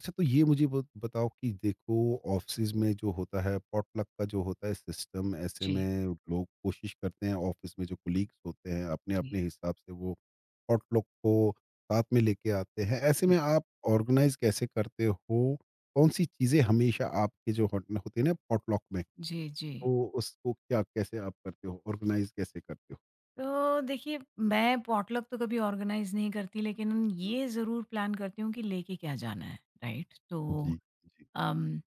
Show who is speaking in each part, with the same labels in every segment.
Speaker 1: अच्छा, तो ये मुझे बताओ कि देखो, ऑफिस में जो होता है पॉटलक का जो होता है सिस्टम, ऐसे
Speaker 2: जी,
Speaker 1: में लोग कोशिश करते हैं ऑफिस में जो कुलीग्स होते हैं अपने
Speaker 2: जी,
Speaker 1: अपने हिसाब से वो पॉटलक को साथ में लेके आते हैं। ऐसे
Speaker 2: जी,
Speaker 1: में आप ऑर्गेनाइज कैसे करते हो? कौन सी चीज़ें हमेशा आपके जो होते हैं ना पॉटलक में,
Speaker 2: जी, जी।
Speaker 1: तो उसको क्या, कैसे आप करते हो, ऑर्गेनाइज कैसे करते हो?
Speaker 2: तो देखिए, मैं पॉटलक तो कभी ऑर्गेनाइज़ नहीं करती, लेकिन ये ज़रूर प्लान करती हूँ कि लेके क्या जाना है, राइट?
Speaker 1: जी, जी,
Speaker 2: अम,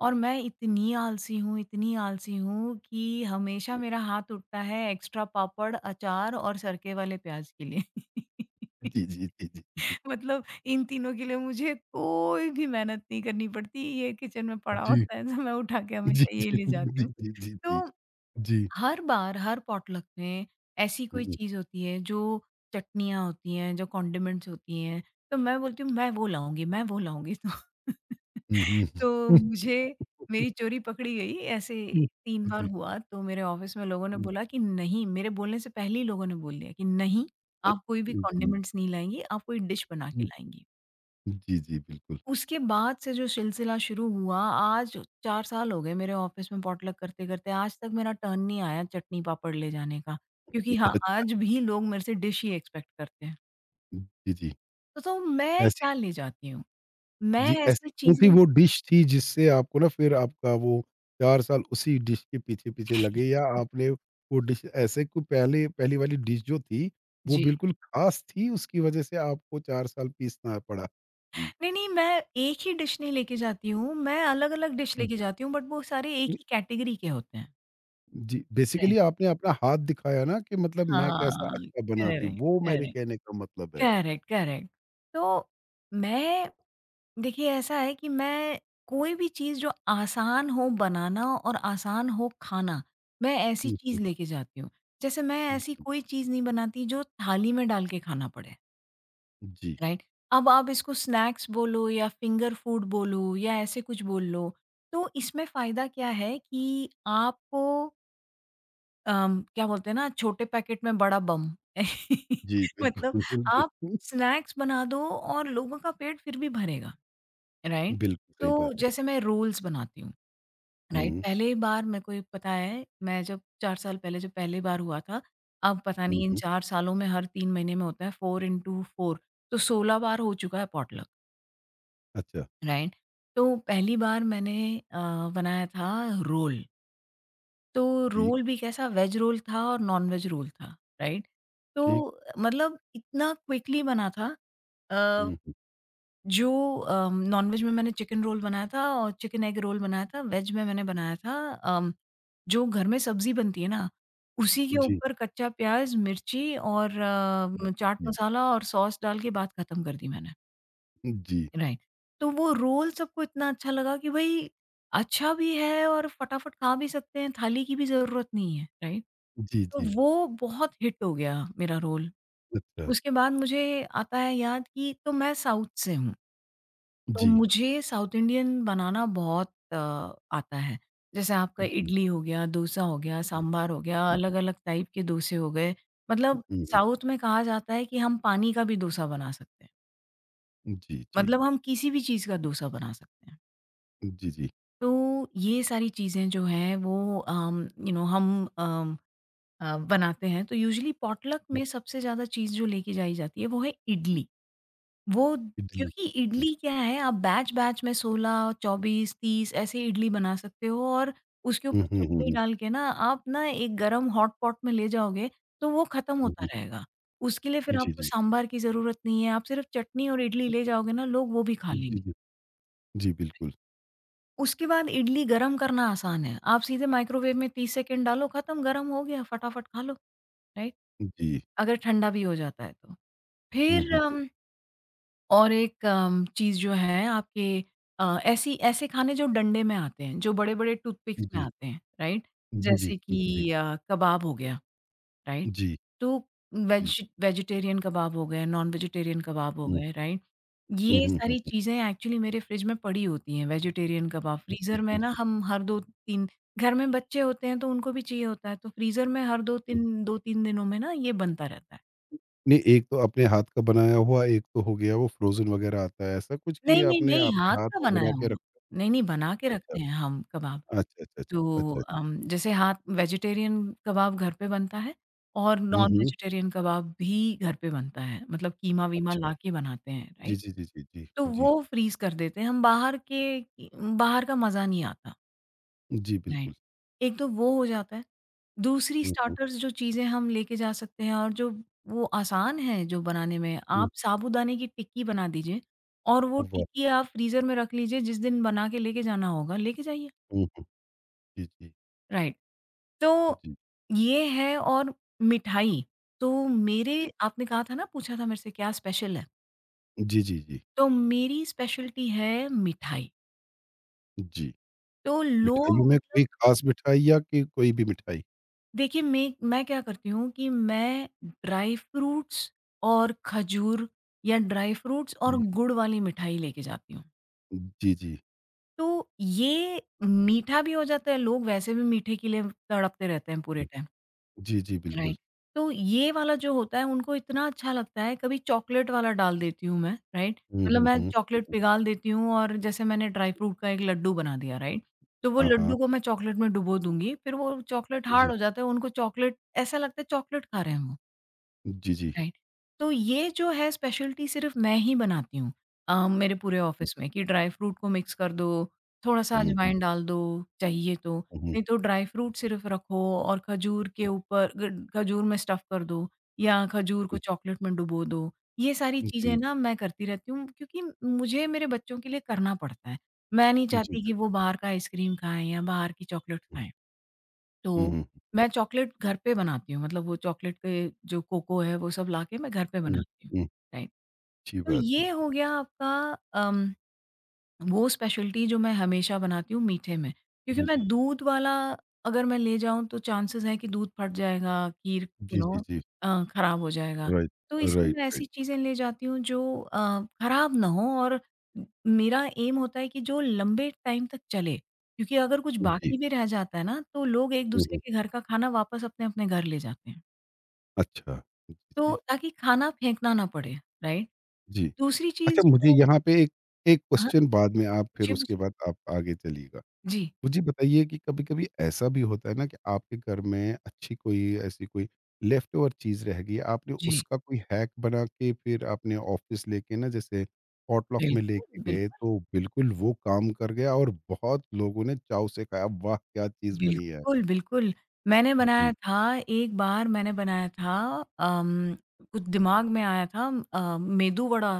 Speaker 2: और मैं इतनी आलसी हूँ कि हमेशा मेरा हाथ उठता है एक्स्ट्रा पापड़, अचार और सरके वाले प्याज़ के लिए।
Speaker 1: जी, जी, जी, जी, जी,
Speaker 2: मतलब इन तीनों के लिए मुझे कोई भी मेहनत नहीं करनी पड़ती, ये किचन में पड़ा
Speaker 1: जी,
Speaker 2: होता है, तो मैं उठा के
Speaker 1: जी,
Speaker 2: हमेशा
Speaker 1: जी,
Speaker 2: ये ले
Speaker 1: जी,
Speaker 2: जाती
Speaker 1: जी,
Speaker 2: हूँ।
Speaker 1: जी, जी, जी,
Speaker 2: तो
Speaker 1: जी।
Speaker 2: हर बार, हर पॉटलक में ऐसी कोई
Speaker 1: हम्म,
Speaker 2: चीज़ होती है जो चटनियाँ होती हैं, जो कॉन्डिमेंट्स होती हैं, तो मैं बोलती हूँ मैं वो लाऊँगी तो
Speaker 1: हम्म, हम्म,
Speaker 2: तो मुझे मेरी चोरी पकड़ी गई ऐसे
Speaker 1: हुँ।
Speaker 2: 3 बार
Speaker 1: जी,
Speaker 2: हुआ तो मेरे ऑफ़िस में लोगों ने
Speaker 1: हुँ,
Speaker 2: बोला कि नहीं मेरे बोलने से पहले ही लोगों ने बोल दिया कि नहीं, आप कोई भी
Speaker 1: हुँ, जी,
Speaker 2: कॉन्डिमेंट्स नहीं लाएँगी, आप कोई डिश बना के
Speaker 1: हुँ,
Speaker 2: लाएँगी।
Speaker 1: जी, जी, बिल्कुल।
Speaker 2: उसके बाद से जो सिलसिला शुरू हुआ आज 4 साल हो गए मेरे ऑफ़िस में पॉटलक करते-करते, आज तक मेरा टर्न नहीं आया चटनी-पापड़ ले जाने का, क्योंकि
Speaker 1: अ,
Speaker 2: हाँ, आज भी लोग मेरे से डिश ही एक्सपेक्ट करते हैं।
Speaker 1: जी, जी।
Speaker 2: तो मैं
Speaker 1: ऐसी,
Speaker 2: क्या ले जाती हूँ? मैं
Speaker 1: जी,
Speaker 2: ऐसी
Speaker 1: ऐसी कौन-सी
Speaker 2: चीज़ें
Speaker 1: वो डिश थी जिससे आपको ना फिर आपका वो 4 साल उसी डिश के पीछे-पीछे लगे, या आपने वो डिश ऐसे को पहले पहली वाली डिश जो थी, वो
Speaker 2: जी।
Speaker 1: बिल्कुल ख़ास थी, उसकी वज़ह से आपको 4 साल पीसना पड़ा? जी।
Speaker 2: नहीं, नहीं मैं एक ही डिश नहीं लेके जाती हूँ, मैं अलग-अलग डिश
Speaker 1: हुँ,
Speaker 2: लेके जाती हूँ बट वो सारे एक
Speaker 1: हुँ,
Speaker 2: ही कैटेगरी के होते हैं।
Speaker 1: जी, बेसिकली
Speaker 2: राइट
Speaker 1: आपने अपना हाथ दिखाया ना कि मतलब मैं कैसा
Speaker 2: हाँ,
Speaker 1: अच्छा बनाती हूँ,
Speaker 2: करेक्ट,
Speaker 1: वो मेरे
Speaker 2: करेक्ट,
Speaker 1: कहने का मतलब है।
Speaker 2: Correct, correct. तो मैं देखिए, ऐसा है कि मैं कोई भी चीज़ जो आसान हो बनाना और आसान हो खाना, मैं ऐसी
Speaker 1: हुँ, हुँ,
Speaker 2: चीज़ लेके जाती हूँ। जैसे मैं
Speaker 1: हुँ,
Speaker 2: ऐसी
Speaker 1: हुँ।
Speaker 2: कोई चीज़ नहीं बनाती जो थाली में डाल के खाना पड़े,
Speaker 1: जी।
Speaker 2: राइट? अब आप इसको स्नैक्स बोलो या फिंगर फूड बोलो या ऐसे कुछ बोल लो, तो इसमें फ़ायदा क्या है कि क्या बोलते हैं ना छोटे पैकेट में बड़ा बम।
Speaker 1: जी,
Speaker 2: मतलब
Speaker 1: बिल्कुल,
Speaker 2: आप
Speaker 1: बिल्कुल।
Speaker 2: स्नैक्स बना दो और लोगों का पेट फिर भी भरेगा। राइट?
Speaker 1: बिल्कुल, सही
Speaker 2: तो
Speaker 1: बात है।
Speaker 2: जैसे मैं रूल्स बनाती हूँ, राइट?
Speaker 1: हुँ,
Speaker 2: पहली बार मेरे को पता है, मैं जब 4 साल पहले जब पहली बार हुआ था, अब पता
Speaker 1: हुँ,
Speaker 2: नहीं इन
Speaker 1: हुँ।
Speaker 2: 4 सालों में हर 3 महीने में होता है 4 इंटू 4 तो 16 बार हो चुका है पॉटलक,
Speaker 1: अच्छा,
Speaker 2: राइट? तो पहली बार बनाया था रोल, तो
Speaker 1: ठीक,
Speaker 2: रोल भी कैसा वेज रोल था और नॉन-वेज रोल था, राइट?
Speaker 1: ठीक।
Speaker 2: तो मतलब इतना क्विकली बना था अ
Speaker 1: हुँ, हुँ।
Speaker 2: जो नॉनवेज में मैंने चिकन रोल बनाया था और चिकन एग रोल बनाया था, वेज में मैंने बनाया था, जो घर में सब्ज़ी बनती है ना, उसी के
Speaker 1: जी,
Speaker 2: ऊपर कच्चा प्याज़, मिर्ची और चाट
Speaker 1: जी,
Speaker 2: मसाला और सॉस डाल के बात ख़त्म कर दी मैंने।
Speaker 1: जी,
Speaker 2: राइट। तो वो रोल सबको इतना अच्छा लगा कि भई अच्छा भी है और फटाफट खा भी सकते हैं, थाली की भी ज़रूरत नहीं है, राइट?
Speaker 1: जी,
Speaker 2: तो
Speaker 1: जी।
Speaker 2: वो बहुत हिट हो गया मेरा रोल।
Speaker 1: अच्छा,
Speaker 2: उसके बाद मुझे आता है याद कि तो मैं साउथ से हूँ। तो
Speaker 1: जी।
Speaker 2: मुझे साउथ इंडियन बनाना बहुत आता है। जैसे आपका इडली हो गया, डोसा हो गया, सांभर हो गया,
Speaker 1: हुँ,
Speaker 2: अलग-अलग टाइप के डोसे हो गए।
Speaker 1: हुँ,
Speaker 2: मतलब
Speaker 1: हुँ, हुँ।
Speaker 2: साउथ में कहा जाता है कि हम पानी का भी डोसा बना सकते हैं।
Speaker 1: जी, जी,
Speaker 2: मतलब हम किसी भी चीज़ का डोसा बना सकते हैं।
Speaker 1: जी, जी।
Speaker 2: तो ये सारी चीज़ें जो हैं वो अम, यू नो हम अम, बनाते हैं। तो यूजुअली पॉटलक में सबसे ज़्यादा चीज़ जो लेके जाई जाती है वो है इडली। वो
Speaker 1: इडली।
Speaker 2: क्योंकि इडली क्या है आप बैच-बैच में 16, 24, 30 ऐसे इडली बना सकते हो और उसके
Speaker 1: हुँ,
Speaker 2: ऊपर
Speaker 1: हुँ, हुँ,
Speaker 2: चटनी
Speaker 1: हुँ,
Speaker 2: डाल के ना आप ना एक गरम हॉट पॉट में ले जाओगे, तो वो खत्म
Speaker 1: हुँ,
Speaker 2: होता
Speaker 1: हुँ।
Speaker 2: रहेगा। उसके लिए फिर
Speaker 1: जी,
Speaker 2: आपको
Speaker 1: जी।
Speaker 2: सांभर की ज़रूरत नहीं है, आप सिर्फ चटनी और इडली ले जाओगे ना लोग वो भी खा लेंगे।
Speaker 1: जी, जी। जी, बिल्कुल।
Speaker 2: उसके बाद इडली गरम करना आसान है, आप सीधे माइक्रोवेव में 30 सेकंड डालो खत्म गरम हो गया फटाफट खा लो, राइट?
Speaker 1: जी।
Speaker 2: अगर ठंडा भी हो जाता है तो।
Speaker 1: हुँ,
Speaker 2: फिर
Speaker 1: हुँ।
Speaker 2: अम और एक चीज़ जो है आपके ऐसी ऐसे खाने जो डंडे में आते हैं, जो बड़े-बड़े टूथपिक्स में
Speaker 1: जी,
Speaker 2: आते हैं, राइट?
Speaker 1: जी, जी,
Speaker 2: जैसे
Speaker 1: जी, जी,
Speaker 2: कि अ, कबाब हो गया, राइट?
Speaker 1: जी,
Speaker 2: तो
Speaker 1: जी।
Speaker 2: वेजिटेरियन कबाब हो गए, नॉन वेजिटेरियन कबाब हो
Speaker 1: हुँ,
Speaker 2: गए, राइट?
Speaker 1: हुँ,
Speaker 2: ये
Speaker 1: हुँ, हुँ,
Speaker 2: सारी
Speaker 1: हुँ।
Speaker 2: चीज़ें एक्चुअली मेरे फ्रिज में पड़ी होती हैं, वेजिटेरियन कबाब।
Speaker 1: जी,
Speaker 2: फ्रीज़र में
Speaker 1: जी,
Speaker 2: ना
Speaker 1: जी,
Speaker 2: हम हर 2-3 घर में बच्चे होते हैं तो उनको भी चाहिए होता है, तो फ्रीज़र में हर
Speaker 1: जी।
Speaker 2: 2-3 दिनों में ना ये बनता रहता है।
Speaker 1: नहीं, एक तो अपने हाथ का बनाया हुआ, एक तो हो गया वो फ्रोज़न वग़ैरह आता है, ऐसा कुछ कि
Speaker 2: नहीं, नहीं,
Speaker 1: आपने
Speaker 2: नहीं,
Speaker 1: आपके
Speaker 2: हाथ
Speaker 1: हाथ
Speaker 2: का
Speaker 1: में बना
Speaker 2: बनाया
Speaker 1: के
Speaker 2: हुआ।
Speaker 1: रखा?
Speaker 2: नहीं, नहीं, बना के
Speaker 1: अच्छा,
Speaker 2: रखते हैं हम कबाब।
Speaker 1: अच्छा, अच्छा, अच्छा, अच्छा।
Speaker 2: जैसे हाथ वेजिटेरियन कबाब घर पे बनता है और
Speaker 1: हुँ,
Speaker 2: नॉन
Speaker 1: हुँ,
Speaker 2: वेजिटेरियन कबाब भी घर पे बनता है। मतलब कीमा-वीमा
Speaker 1: अच्छा।
Speaker 2: लाके बनाते हैं,
Speaker 1: जी,
Speaker 2: राइट?
Speaker 1: जी, जी, जी, जी,
Speaker 2: तो
Speaker 1: जी।
Speaker 2: वो फ्रीज़ कर देते हैं। हम बाहर के बाहर का मज़ा नहीं आता,
Speaker 1: जी,
Speaker 2: राइट?
Speaker 1: बिल्कुल।
Speaker 2: एक तो वो हो जाता है। दूसरी
Speaker 1: हुँ, हुँ,
Speaker 2: स्टार्टर्स जो चीज़ें हम लेके जा सकते हैं और जो वो आसान है जो बनाने में,
Speaker 1: हुँ,
Speaker 2: आप साबूदाने की टिक्की बना दीजिए और वो
Speaker 1: वाह!
Speaker 2: टिक्की आप फ्रीज़र में रख लीजिए, जिस दिन बना के लेके जाना होगा, लेके जाइए।
Speaker 1: हुँ, हुँ। जी, जी,
Speaker 2: राइट,
Speaker 1: जी,
Speaker 2: तो
Speaker 1: जी।
Speaker 2: ये है और मिठाई, तो मेरे आपने कहा था ना पूछा था मेरे से क्या स्पेशल है?
Speaker 1: जी, जी, जी,
Speaker 2: तो मेरी स्पेशलिटी है मिठाई।
Speaker 1: जी।
Speaker 2: तो लोग
Speaker 1: मिठाइयों में कोई
Speaker 2: मतलब
Speaker 1: ख़ास मिठाई या कि कोई भी मिठाई?
Speaker 2: देखिए, मैं क्या करती हूँ कि मैं ड्राई फ्रूट्स और खजूर या ड्राई फ्रूट्स और गुड़ वाली मिठाई लेके जाती हूँ।
Speaker 1: जी, जी, जी।
Speaker 2: तो ये मीठा भी हो जाता है, लोग वैसे भी मीठे के लिए तड़पते रहते हैं पूरे टाइम।
Speaker 1: जी, जी, बिल्कुल।
Speaker 2: राइट। तो ये वाला जो होता है उनको इतना अच्छा लगता है, कभी चॉकलेट वाला डाल देती हूँ मैं, राइट?
Speaker 1: हुँ,
Speaker 2: मतलब
Speaker 1: हुँ,
Speaker 2: मैं
Speaker 1: हुँ।
Speaker 2: चॉकलेट पिघाल देती हूँ और जैसे मैंने ड्राई फ्रूट का एक लड्डू बना दिया, राइट? तो वो
Speaker 1: हाँ, हाँ।
Speaker 2: लड्डू को मैं चॉकलेट में डुबो दूँगी, फिर वो चॉकलेट
Speaker 1: जी, जी।
Speaker 2: हार्ड हो जाता है, उनको चॉकलेट ऐसा लगता है चॉकलेट खा रहे हैं वो।
Speaker 1: जी, जी।
Speaker 2: राइट तो ये जो है स्पेशलिटी सिर्फ मैं ही बनाती हूँ मेरे पूरे ऑफिस में कि ड्राई फ्रूट को मिक्स कर दो थोड़ा सा
Speaker 1: हुँ, हुँ,
Speaker 2: अजवाइन डाल दो चाहिए तो
Speaker 1: हुँ,
Speaker 2: नहीं तो ड्राई फ्रूट सिर्फ रखो और खजूर के ऊपर खजूर में स्टफ कर दो या खजूर को
Speaker 1: हुँ,
Speaker 2: चॉकलेट में डुबो दो ये सारी चीजें
Speaker 1: हुँ।
Speaker 2: ना मैं करती रहती हूँ क्योंकि मुझे मेरे बच्चों के लिए करना पड़ता है मैं नहीं
Speaker 1: जी, जी,
Speaker 2: चाहती कि वो बाहर का आइसक्रीम खाएं या बाहर की चॉकलेट
Speaker 1: बिल्कुल।
Speaker 2: खाएं
Speaker 1: हुँ,
Speaker 2: तो
Speaker 1: हुँ,
Speaker 2: मैं चॉकलेट घर पे बनाती हूँ, मतलब वो चॉकलेट के जो कोको है, वो सब लाके मैं घर पे
Speaker 1: हुँ,
Speaker 2: बनाती हूँ।
Speaker 1: हुँ।
Speaker 2: राइट।
Speaker 1: अच्छी
Speaker 2: तो
Speaker 1: बात है
Speaker 2: ये
Speaker 1: जी।
Speaker 2: हो गया आपका अम, वो स्पेशलिटी जो मैं हमेशा बनाती हूँ मीठे में, क्योंकि
Speaker 1: जी,
Speaker 2: मैं
Speaker 1: जी।
Speaker 2: दूध वाला अगर मैं ले जाऊँ तो चांसेस हैं कि दूध फट जाएगा, खीर यू
Speaker 1: जी, जी,
Speaker 2: नो
Speaker 1: जी।
Speaker 2: अ, खराब हो जाएगा।
Speaker 1: राइट,
Speaker 2: तो इसलिए
Speaker 1: राइट,
Speaker 2: मैं ऐसी
Speaker 1: राइट।
Speaker 2: चीज़ें ले जाती हूँ जो खराब ना हो और मेरा एम होता है कि जो लंबे टाइम तक चले, क्योंकि अगर कुछ
Speaker 1: जी।
Speaker 2: बाकी भी रह जाता है ना तो लोग
Speaker 1: हुँ,
Speaker 2: एक-दूसरे
Speaker 1: हुँ।
Speaker 2: के घर का खाना वापस अपने-अपने घर ले जाते हैं।
Speaker 1: अच्छा। जी,
Speaker 2: तो
Speaker 1: जी।
Speaker 2: ताकि खाना फेंकना ना पड़े, राइट?
Speaker 1: जी।
Speaker 2: दूसरी
Speaker 1: अच्छा,
Speaker 2: चीज़
Speaker 1: मुझे
Speaker 2: जो
Speaker 1: यहाँ पे एक एक
Speaker 2: हाँ,
Speaker 1: क्वेश्चन बाद में आप फिर,
Speaker 2: पूछिए,
Speaker 1: उसके
Speaker 2: पूछिए।
Speaker 1: बाद आप आगे चलिएगा।
Speaker 2: जी,
Speaker 1: मुझे बताइए कि कभी-कभी ऐसा भी होता है ना कि आपके घर में अच्छी कोई, ऐसी कोई लेफ्ट ओवर चीज़ रह गई, आपने
Speaker 2: जी।
Speaker 1: उसका कोई हैक बना के फिर आपने ऑफ़िस लेके, ना जैसे पॉटलॉक में
Speaker 2: बिल्कुल,
Speaker 1: लेके गए
Speaker 2: बिल्कुल।
Speaker 1: तो बिल्कुल वो काम कर गया और बहुत लोगों ने चाव से खाया, वाह! क्या चीज़ बनी है।
Speaker 2: बिल्कुल, बिल्कुल। मैंने
Speaker 1: जी।
Speaker 2: बनाया था, एक बार मैंने बनाया था अम, कुछ दिमाग में आया था मेदू वड़ा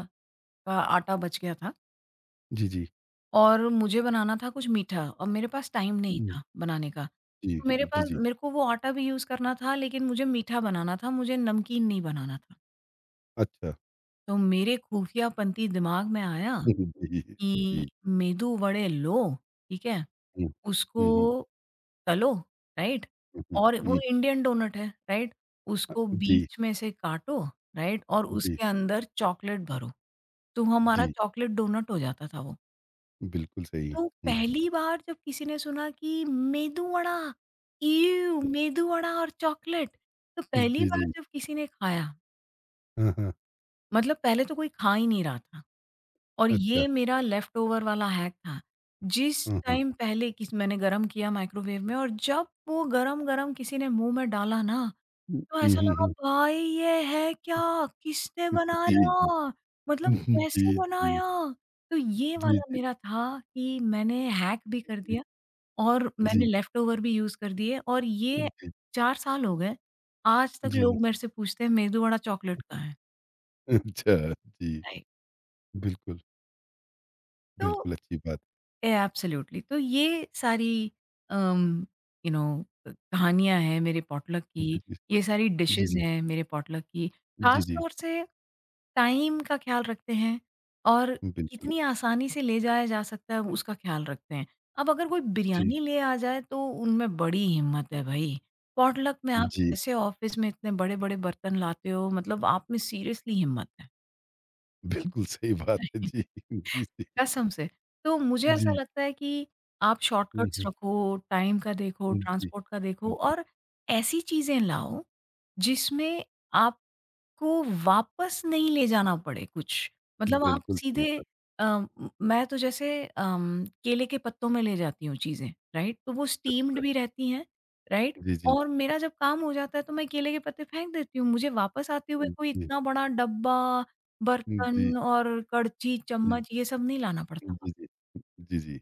Speaker 2: का आटा बच गया था
Speaker 1: जी, जी।
Speaker 2: और मुझे बनाना था कुछ मीठा और मेरे पास टाइम नहीं
Speaker 1: हुँ,
Speaker 2: था बनाने का।
Speaker 1: जी,
Speaker 2: तो मेरे
Speaker 1: जी,
Speaker 2: पास
Speaker 1: जी।
Speaker 2: मेरे को वो आटा भी यूज़ करना था लेकिन मुझे मीठा बनाना था, मुझे नमकीन नहीं बनाना था।
Speaker 1: अच्छा।
Speaker 2: तो मेरे खुफियापंती दिमाग में आया
Speaker 1: हुँ, जी,
Speaker 2: कि
Speaker 1: जी।
Speaker 2: मेदू वड़े लो, ठीक है?
Speaker 1: हुँ,
Speaker 2: उसको
Speaker 1: हुँ, हुँ,
Speaker 2: तलो, राइट?
Speaker 1: हुँ, हुँ,
Speaker 2: और वो
Speaker 1: हुँ।
Speaker 2: इंडियन डोनट है, राइट? उसको
Speaker 1: जी,
Speaker 2: बीच में से काटो, राइट? और
Speaker 1: जी,
Speaker 2: उसके अंदर चॉकलेट भरो, तो हमारा
Speaker 1: जी,
Speaker 2: चॉकलेट डोनट हो जाता था वो।
Speaker 1: बिल्कुल सही।
Speaker 2: तो
Speaker 1: हुँ,
Speaker 2: पहली बार जब किसी ने सुना कि मेदू वड़ा, इउ मेदू वड़ा और चॉकलेट, तो पहली
Speaker 1: जी,
Speaker 2: बार
Speaker 1: जी।
Speaker 2: जब किसी ने खाया,
Speaker 1: हाँ, हाँ।
Speaker 2: मतलब पहले तो कोई खा ही नहीं रहा था और
Speaker 1: अच्छा।
Speaker 2: ये मेरा लेफ्ट ओवर वाला हैक था। जिस
Speaker 1: हाँ, हाँ।
Speaker 2: टाइम पहले किस मैंने गरम किया माइक्रोवेव में और जब वो गरम-गरम किसी ने मुँह में डाला ना
Speaker 1: हुँ,
Speaker 2: तो
Speaker 1: हुँ,
Speaker 2: ऐसा
Speaker 1: हुँ,
Speaker 2: लगा
Speaker 1: हुँ।
Speaker 2: भाई ये है क्या? किसने
Speaker 1: जी, जी।
Speaker 2: बनाया? मतलब कैसे
Speaker 1: जी, जी।
Speaker 2: बनाया? तो ये
Speaker 1: जी,
Speaker 2: वाला मेरा था कि मैंने हैक भी कर दिया और मैंने
Speaker 1: जी,
Speaker 2: लेफ्टओवर भी यूज़ कर दिए और ये
Speaker 1: जी,
Speaker 2: 4 साल हो गए, आज तक
Speaker 1: जी, जी।
Speaker 2: लोग मेरे से पूछते हैं मेदू वड़ा चॉकलेट कहाँ है?
Speaker 1: अच्छा, जी।
Speaker 2: राइट।
Speaker 1: बिल्कुल,
Speaker 2: तो
Speaker 1: बिल्कुल अच्छी बात।
Speaker 2: एब्सोल्युटली तो ये सारी अम, यू नो कहानियाँ हैं मेरे पॉटलक की,
Speaker 1: जी,
Speaker 2: ये सारी डिशेज़
Speaker 1: जी,
Speaker 2: हैं मेरे पॉटलक की।
Speaker 1: जी, जी,
Speaker 2: ख़ास
Speaker 1: जी,
Speaker 2: तौर से टाइम का ख़्याल रखते हैं और
Speaker 1: बिल्कुल।
Speaker 2: कितनी आसानी से ले जाया जा सकता है उसका ख़्याल रखते हैं। अब अगर कोई
Speaker 1: जी,
Speaker 2: बिरयानी ले आ जाए तो उनमें बड़ी हिम्मत है भई। पॉटलक में आप
Speaker 1: जी,
Speaker 2: कैसे ऑफ़िस में इतने बड़े-बड़े बर्तन लाते हो मतलब आप में सीरियसली हिम्मत
Speaker 1: बिल्कुल सही बात है।
Speaker 2: है।
Speaker 1: जी, जी, जी,
Speaker 2: कसम से। तो मुझे ऐसा
Speaker 1: जी।
Speaker 2: लगता है कि आप
Speaker 1: हुँ,
Speaker 2: शॉर्टकट्स
Speaker 1: हुँ,
Speaker 2: रखो, टाइम का देखो,
Speaker 1: हुँ, जी,
Speaker 2: ट्रांसपोर्ट का देखो
Speaker 1: जी।
Speaker 2: और ऐसी चीज़ें लाओ, जिसमें आप को वापस नहीं ले जाना पड़े कुछ। मतलब आप
Speaker 1: बिल्कुल सही
Speaker 2: सीधे
Speaker 1: बात
Speaker 2: म मैं तो जैसे केले के पत्तों में ले जाती हूँ चीज़ें, राइट? तो वो
Speaker 1: है।
Speaker 2: स्टीम्ड भी रहती हैं, राइट?
Speaker 1: जी, जी।
Speaker 2: और मेरा जब काम हो जाता है तो मैं केले के पत्ते फेंक देती हूँ। मुझे वापस आते हुए कोई
Speaker 1: जी,
Speaker 2: इतना बड़ा डब्बा,
Speaker 1: जी, जी,
Speaker 2: बर्तन और कड़ची, चम्मच ये सब नहीं लाना पड़ता।
Speaker 1: जी, जी, जी, जी।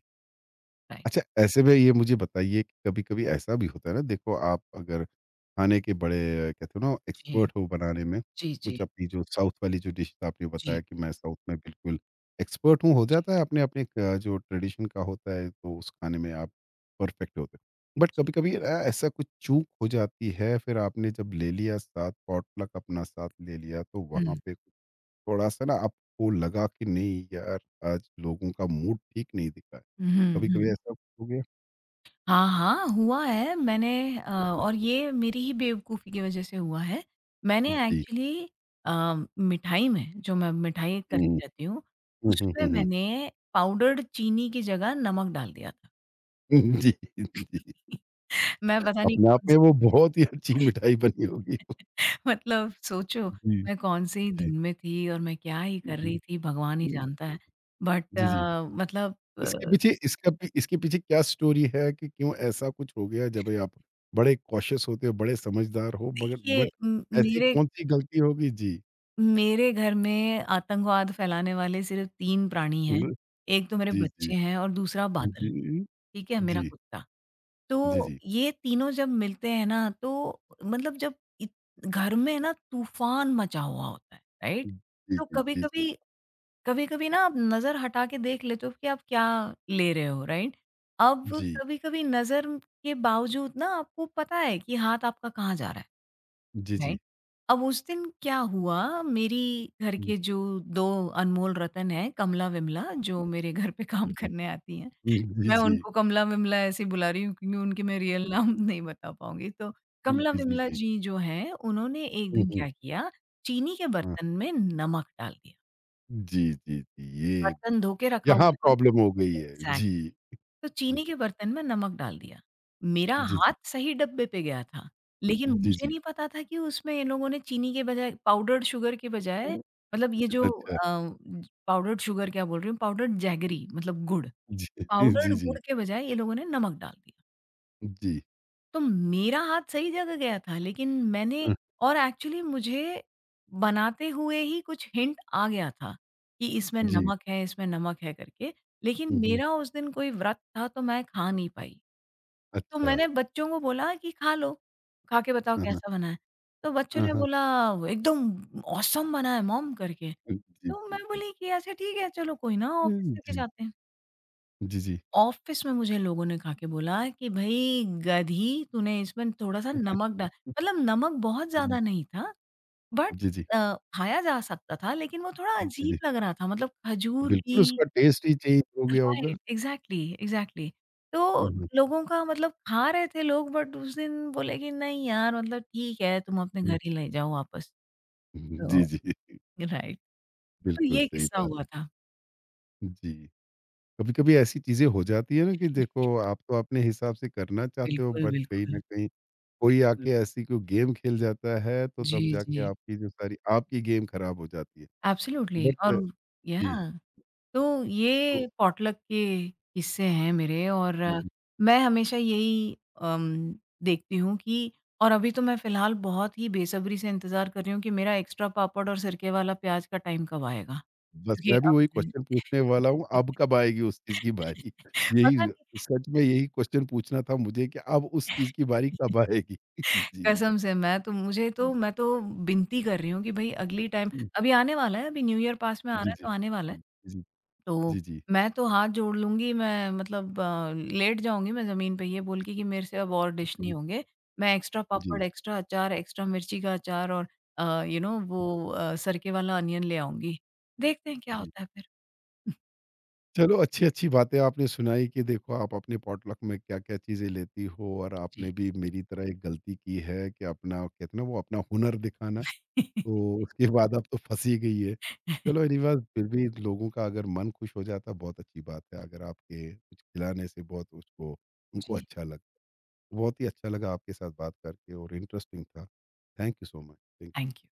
Speaker 2: राइट।
Speaker 1: अच्छा, ऐसे में ये मुझे बताइए कि कभी-कभी ऐसा भी होता है ना, देखो आप अगर खाने के बड़े, कहते हो ना,
Speaker 2: जी।
Speaker 1: एक्सपर्ट हो बनाने में,
Speaker 2: जी, जी,
Speaker 1: कुछ अपनी जो साउथ वाली जो डिश आपने
Speaker 2: जी,
Speaker 1: बताया कि मैं साउथ में बिल्कुल एक्सपर्ट हूँ, हो
Speaker 2: जी,
Speaker 1: जाता है अपने-अपने जो ट्रेडिशन का होता है तो उस खाने में आप परफेक्ट होते हो। बट
Speaker 2: जी।
Speaker 1: कभी-कभी ऐसा कुछ चूक हो जाती है, फिर आपने जब ले लिया साथ पॉटलक अपना साथ ले लिया तो वहाँ
Speaker 2: हुँ।
Speaker 1: पे थोड़ा सा ना आपको लगा कि नहीं यार, आज लोगों का मूड ठीक नहीं दिखा है।
Speaker 2: हुँ, हुँ,
Speaker 1: कभी-कभी
Speaker 2: हुँ।
Speaker 1: ऐसा हो गया?
Speaker 2: हाँ, हाँ, हुआ है मैंने
Speaker 1: जी,
Speaker 2: और ये मेरी ही बेवकूफ़ी की वज़ह से हुआ है। मैंने
Speaker 1: जी।
Speaker 2: एक्चुअली अ, मिठाई में जो मैं मिठाई करती
Speaker 1: हुँ,
Speaker 2: रहती हूँ,
Speaker 1: हुँ, हुँ,
Speaker 2: उसमें
Speaker 1: हुँ, हुँ।
Speaker 2: मैंने पाउडर्ड चीनी की जगह नमक डाल दिया था।
Speaker 1: जी, जी।
Speaker 2: मैं पता नहीं
Speaker 1: अपने आप
Speaker 2: कौन
Speaker 1: में
Speaker 2: सी
Speaker 1: वो बहुत ही अच्छी मिठाई बनी होगी।
Speaker 2: मतलब सोचो
Speaker 1: जी,
Speaker 2: मैं कौन सी
Speaker 1: जी,
Speaker 2: धुन में थी और मैं क्या ही कर
Speaker 1: जी।
Speaker 2: रही थी भगवान ही
Speaker 1: हुँ।
Speaker 2: जानता है। बट
Speaker 1: जी, जी।
Speaker 2: मतलब
Speaker 1: इसके पीछे इसका पी इसके पीछे क्या स्टोरी है कि क्यों ऐसा कुछ हो गया, जब ये आप बड़े कॉशियस होते हो, बड़े समझदार हो, मगर
Speaker 2: ये
Speaker 1: बट
Speaker 2: म
Speaker 1: ऐसी
Speaker 2: मेरे
Speaker 1: कौन-सी गलती होगी? जी।
Speaker 2: मेरे घर में आतंकवाद फैलाने वाले सिर्फ़ 3 प्राणी हैं।
Speaker 1: हुँ,
Speaker 2: एक तो मेरे
Speaker 1: जी, जी।
Speaker 2: बच्चे हैं और दूसरा बादल,
Speaker 1: जी, जी,
Speaker 2: ठीक है? मेरा कुत्ता। तो
Speaker 1: जी, जी।
Speaker 2: ये तीनों जब मिलते हैं ना तो मतलब जब इत घर में ना तूफ़ान मचा हुआ होता है,
Speaker 1: जी,
Speaker 2: राइट? तो
Speaker 1: जी, जी, जी।
Speaker 2: कभी-कभी ना आप नज़र हटा के देख लेते हो कि आप क्या ले रहे हो, राइट? अब
Speaker 1: जी,
Speaker 2: कभी-कभी नज़र के बावजूद ना आपको पता है कि हाथ आपका कहाँ जा रहा है,
Speaker 1: जी, जी।
Speaker 2: राइट? अब उस दिन क्या हुआ, मेरी घर
Speaker 1: हुँ,
Speaker 2: के जो 2 अनमोल रतन हैं, कमला-विमला जो मेरे घर पे काम
Speaker 1: जी।
Speaker 2: करने आती हैं।
Speaker 1: हुँ, जी,
Speaker 2: मैं
Speaker 1: जी।
Speaker 2: उनको कमला-विमला ऐसे ही बुला रही हूँ क्योंकि उनके मैं रियल नाम नहीं बता पाऊँगी। तो
Speaker 1: हुँ, जी, जी,
Speaker 2: कमला-विमला
Speaker 1: जी।
Speaker 2: जी जो हैं, उन्होंने एक
Speaker 1: हुँ,
Speaker 2: दिन
Speaker 1: हुँ।
Speaker 2: क्या किया, चीनी के
Speaker 1: हाँ।
Speaker 2: बर्तन में नमक डाल दिया।
Speaker 1: जी, जी, जी, ये
Speaker 2: बर्तन धो के रखा हुआ
Speaker 1: यहाँ
Speaker 2: था।
Speaker 1: प्रॉब्लम हो गई है।
Speaker 2: एग्ज़ैक्ट
Speaker 1: जी।
Speaker 2: तो
Speaker 1: हुँ,
Speaker 2: चीनी के बर्तन में नमक डाल दिया। मेरा
Speaker 1: जी,
Speaker 2: हाथ
Speaker 1: जी।
Speaker 2: सही डब्बे पे गया था, लेकिन
Speaker 1: जी,
Speaker 2: मुझे
Speaker 1: जी।
Speaker 2: नहीं पता था कि उसमें इन लोगों ने चीनी के बजाय पाउडर्ड शुगर के बजाय मतलब ये जो
Speaker 1: अच्छा।
Speaker 2: अ, पाउडर्ड शुगर क्या बोल रही हूँ, पाउडर्ड जैगरी मतलब गुड़,
Speaker 1: जी,
Speaker 2: पाउडर्ड
Speaker 1: जी, जी।
Speaker 2: गुड़ के बजाय ये लोगों ने नमक डाल दिया।
Speaker 1: जी।
Speaker 2: तो मेरा हाथ सही जगह गया था, लेकिन मैंने
Speaker 1: हाँ,
Speaker 2: और एक्चुअली मुझे बनाते हुए ही कुछ हिंट आ गया था कि इसमें ओके।
Speaker 1: जी।
Speaker 2: नमक है, इसमें नमक है करके, लेकिन
Speaker 1: हुँ, हुँ।
Speaker 2: मेरा उस दिन कोई व्रत था तो मैं खा नहीं पाई। तो
Speaker 1: अच्छा।
Speaker 2: मैंने बच्चों को बोला कि खा लो, खा के बताओ
Speaker 1: हाँ, हाँ।
Speaker 2: कैसा बना है? तो बच्चों
Speaker 1: हाँ,
Speaker 2: ने
Speaker 1: हाँ।
Speaker 2: बोला "वो एकदम ऑसम बना है मॉम करके।
Speaker 1: जी,
Speaker 2: तो
Speaker 1: जी,
Speaker 2: मैं
Speaker 1: जी।
Speaker 2: बोली कि अच्छा ठीक है चलो कोई ना ऑफ़िस
Speaker 1: हुँ,
Speaker 2: लेके
Speaker 1: जी।
Speaker 2: जाते हैं।
Speaker 1: जी, जी।
Speaker 2: ऑफिस में मुझे लोगों ने खा के बोला कि भई गधी तूने इसमें थोड़ा-सा नमक डाल मतलब नमक बहुत
Speaker 1: जी,
Speaker 2: ज़्यादा नहीं था बट
Speaker 1: जी, जी।
Speaker 2: खाया जा सकता था लेकिन वो थोड़ा
Speaker 1: जी, जी।
Speaker 2: अजीब लग रहा था मतलब खजूर भी
Speaker 1: बिल्कुल उसका टेस्ट ही चेंज हो गया होगा।
Speaker 2: Right exactly, exactly.
Speaker 1: हुँ,
Speaker 2: तो
Speaker 1: हुँ।
Speaker 2: लोगों का मतलब खा रहे थे लोग बट उस दिन बोले कि नहीं यार मतलब ठीक है तुम अपने
Speaker 1: हुँ।
Speaker 2: घर ही ले जाओ वापस। तो
Speaker 1: जी, जी।
Speaker 2: राइट तो
Speaker 1: बिल्कुल
Speaker 2: ये
Speaker 1: सही
Speaker 2: किस्सा हुआ
Speaker 1: बात।
Speaker 2: था।
Speaker 1: जी, कभी-कभी ऐसी चीज़ें हो जाती है ना कि देखो, आप तो अपने हिसाब से करना चाहते हो
Speaker 2: बिल्कुल,
Speaker 1: बट कहीं न
Speaker 2: बिल्कुल,
Speaker 1: कहीं कोई आके
Speaker 2: बिल्कुल।
Speaker 1: ऐसी कोई गेम खेल जाता है तो तब
Speaker 2: जी,
Speaker 1: जाके
Speaker 2: जी।
Speaker 1: आपकी जो सारी आपकी गेम खराब हो जाती है।
Speaker 2: एब्सोल्युटली
Speaker 1: बट
Speaker 2: और या
Speaker 1: जी,
Speaker 2: तो
Speaker 1: तो
Speaker 2: ये पॉटलक के किस्से हैं मेरे और
Speaker 1: हुँ,
Speaker 2: हुँ। मैं हमेशा यही देखती हूँ कि और अभी तो मैं फ़िलहाल बहुत ही बेसब्री से इंतज़ार कर रही हूँ कि मेरा एक्स्ट्रा पापड़ और सिरके वाला प्याज का टाइम कब आएगा?
Speaker 1: बस
Speaker 2: क्योंकि
Speaker 1: मैं भी
Speaker 2: अब
Speaker 1: वही
Speaker 2: मैं
Speaker 1: क्वेश्चन पूछने वाला हूँ, अब कब आएगी उस चीज़ की बारी? यही,
Speaker 2: पता नहीं
Speaker 1: सच में यही क्वेश्चन पूछना था मुझे कि अब उस चीज़ की बारी कब आएगी? जी।
Speaker 2: कसम से मैं तो मुझे तो मैं तो विनती कर रही हूँ कि भई अगली टाइम
Speaker 1: हुँ,
Speaker 2: अभी आने वाला है, अभी न्यू ईयर पास में आ
Speaker 1: जी,
Speaker 2: रहा है
Speaker 1: जी।
Speaker 2: तो आने वाला है।
Speaker 1: जी, जी,
Speaker 2: तो
Speaker 1: जी, जी,
Speaker 2: मैं तो हाथ जोड़ लूँगी, मैं मतलब लेट जाऊँगी मैं ज़मीन पे ये बोल के कि मेरे से अब और डिश नहीं होंगे। मैं एक्स्ट्रा
Speaker 1: जी,
Speaker 2: पापड़, एक्स्ट्रा अचार, एक्स्ट्रा मिर्ची का अचार और
Speaker 1: जी,
Speaker 2: वो सरके वाला अनियन ले आऊँगी। देखते हैं क्या
Speaker 1: जी।
Speaker 2: होता है फिर।
Speaker 1: चलो, अच्छी-अच्छी बातें आपने सुनाई कि देखो आप अपने पॉटलक में क्या-क्या चीज़ें लेती हो, और
Speaker 2: जी।
Speaker 1: आपने भी मेरी तरह एक गलती की है कि अपना, कहते हैं ना, वो अपना हुनर दिखाना, तो उसके बाद आप तो फँसी गई है। चलो, एनीवेज़ फिर भी लोगों का अगर मन खुश हो जाता है, बहुत अच्छी बात है। अगर आपके कुछ खिलाने से बहुत उसको, उनको
Speaker 2: जी।
Speaker 1: अच्छा लग, बहुत ही अच्छा लगा आपके साथ बात करके और इंटरेस्टिंग था। Thank you so much. Thank you.
Speaker 2: Thank you.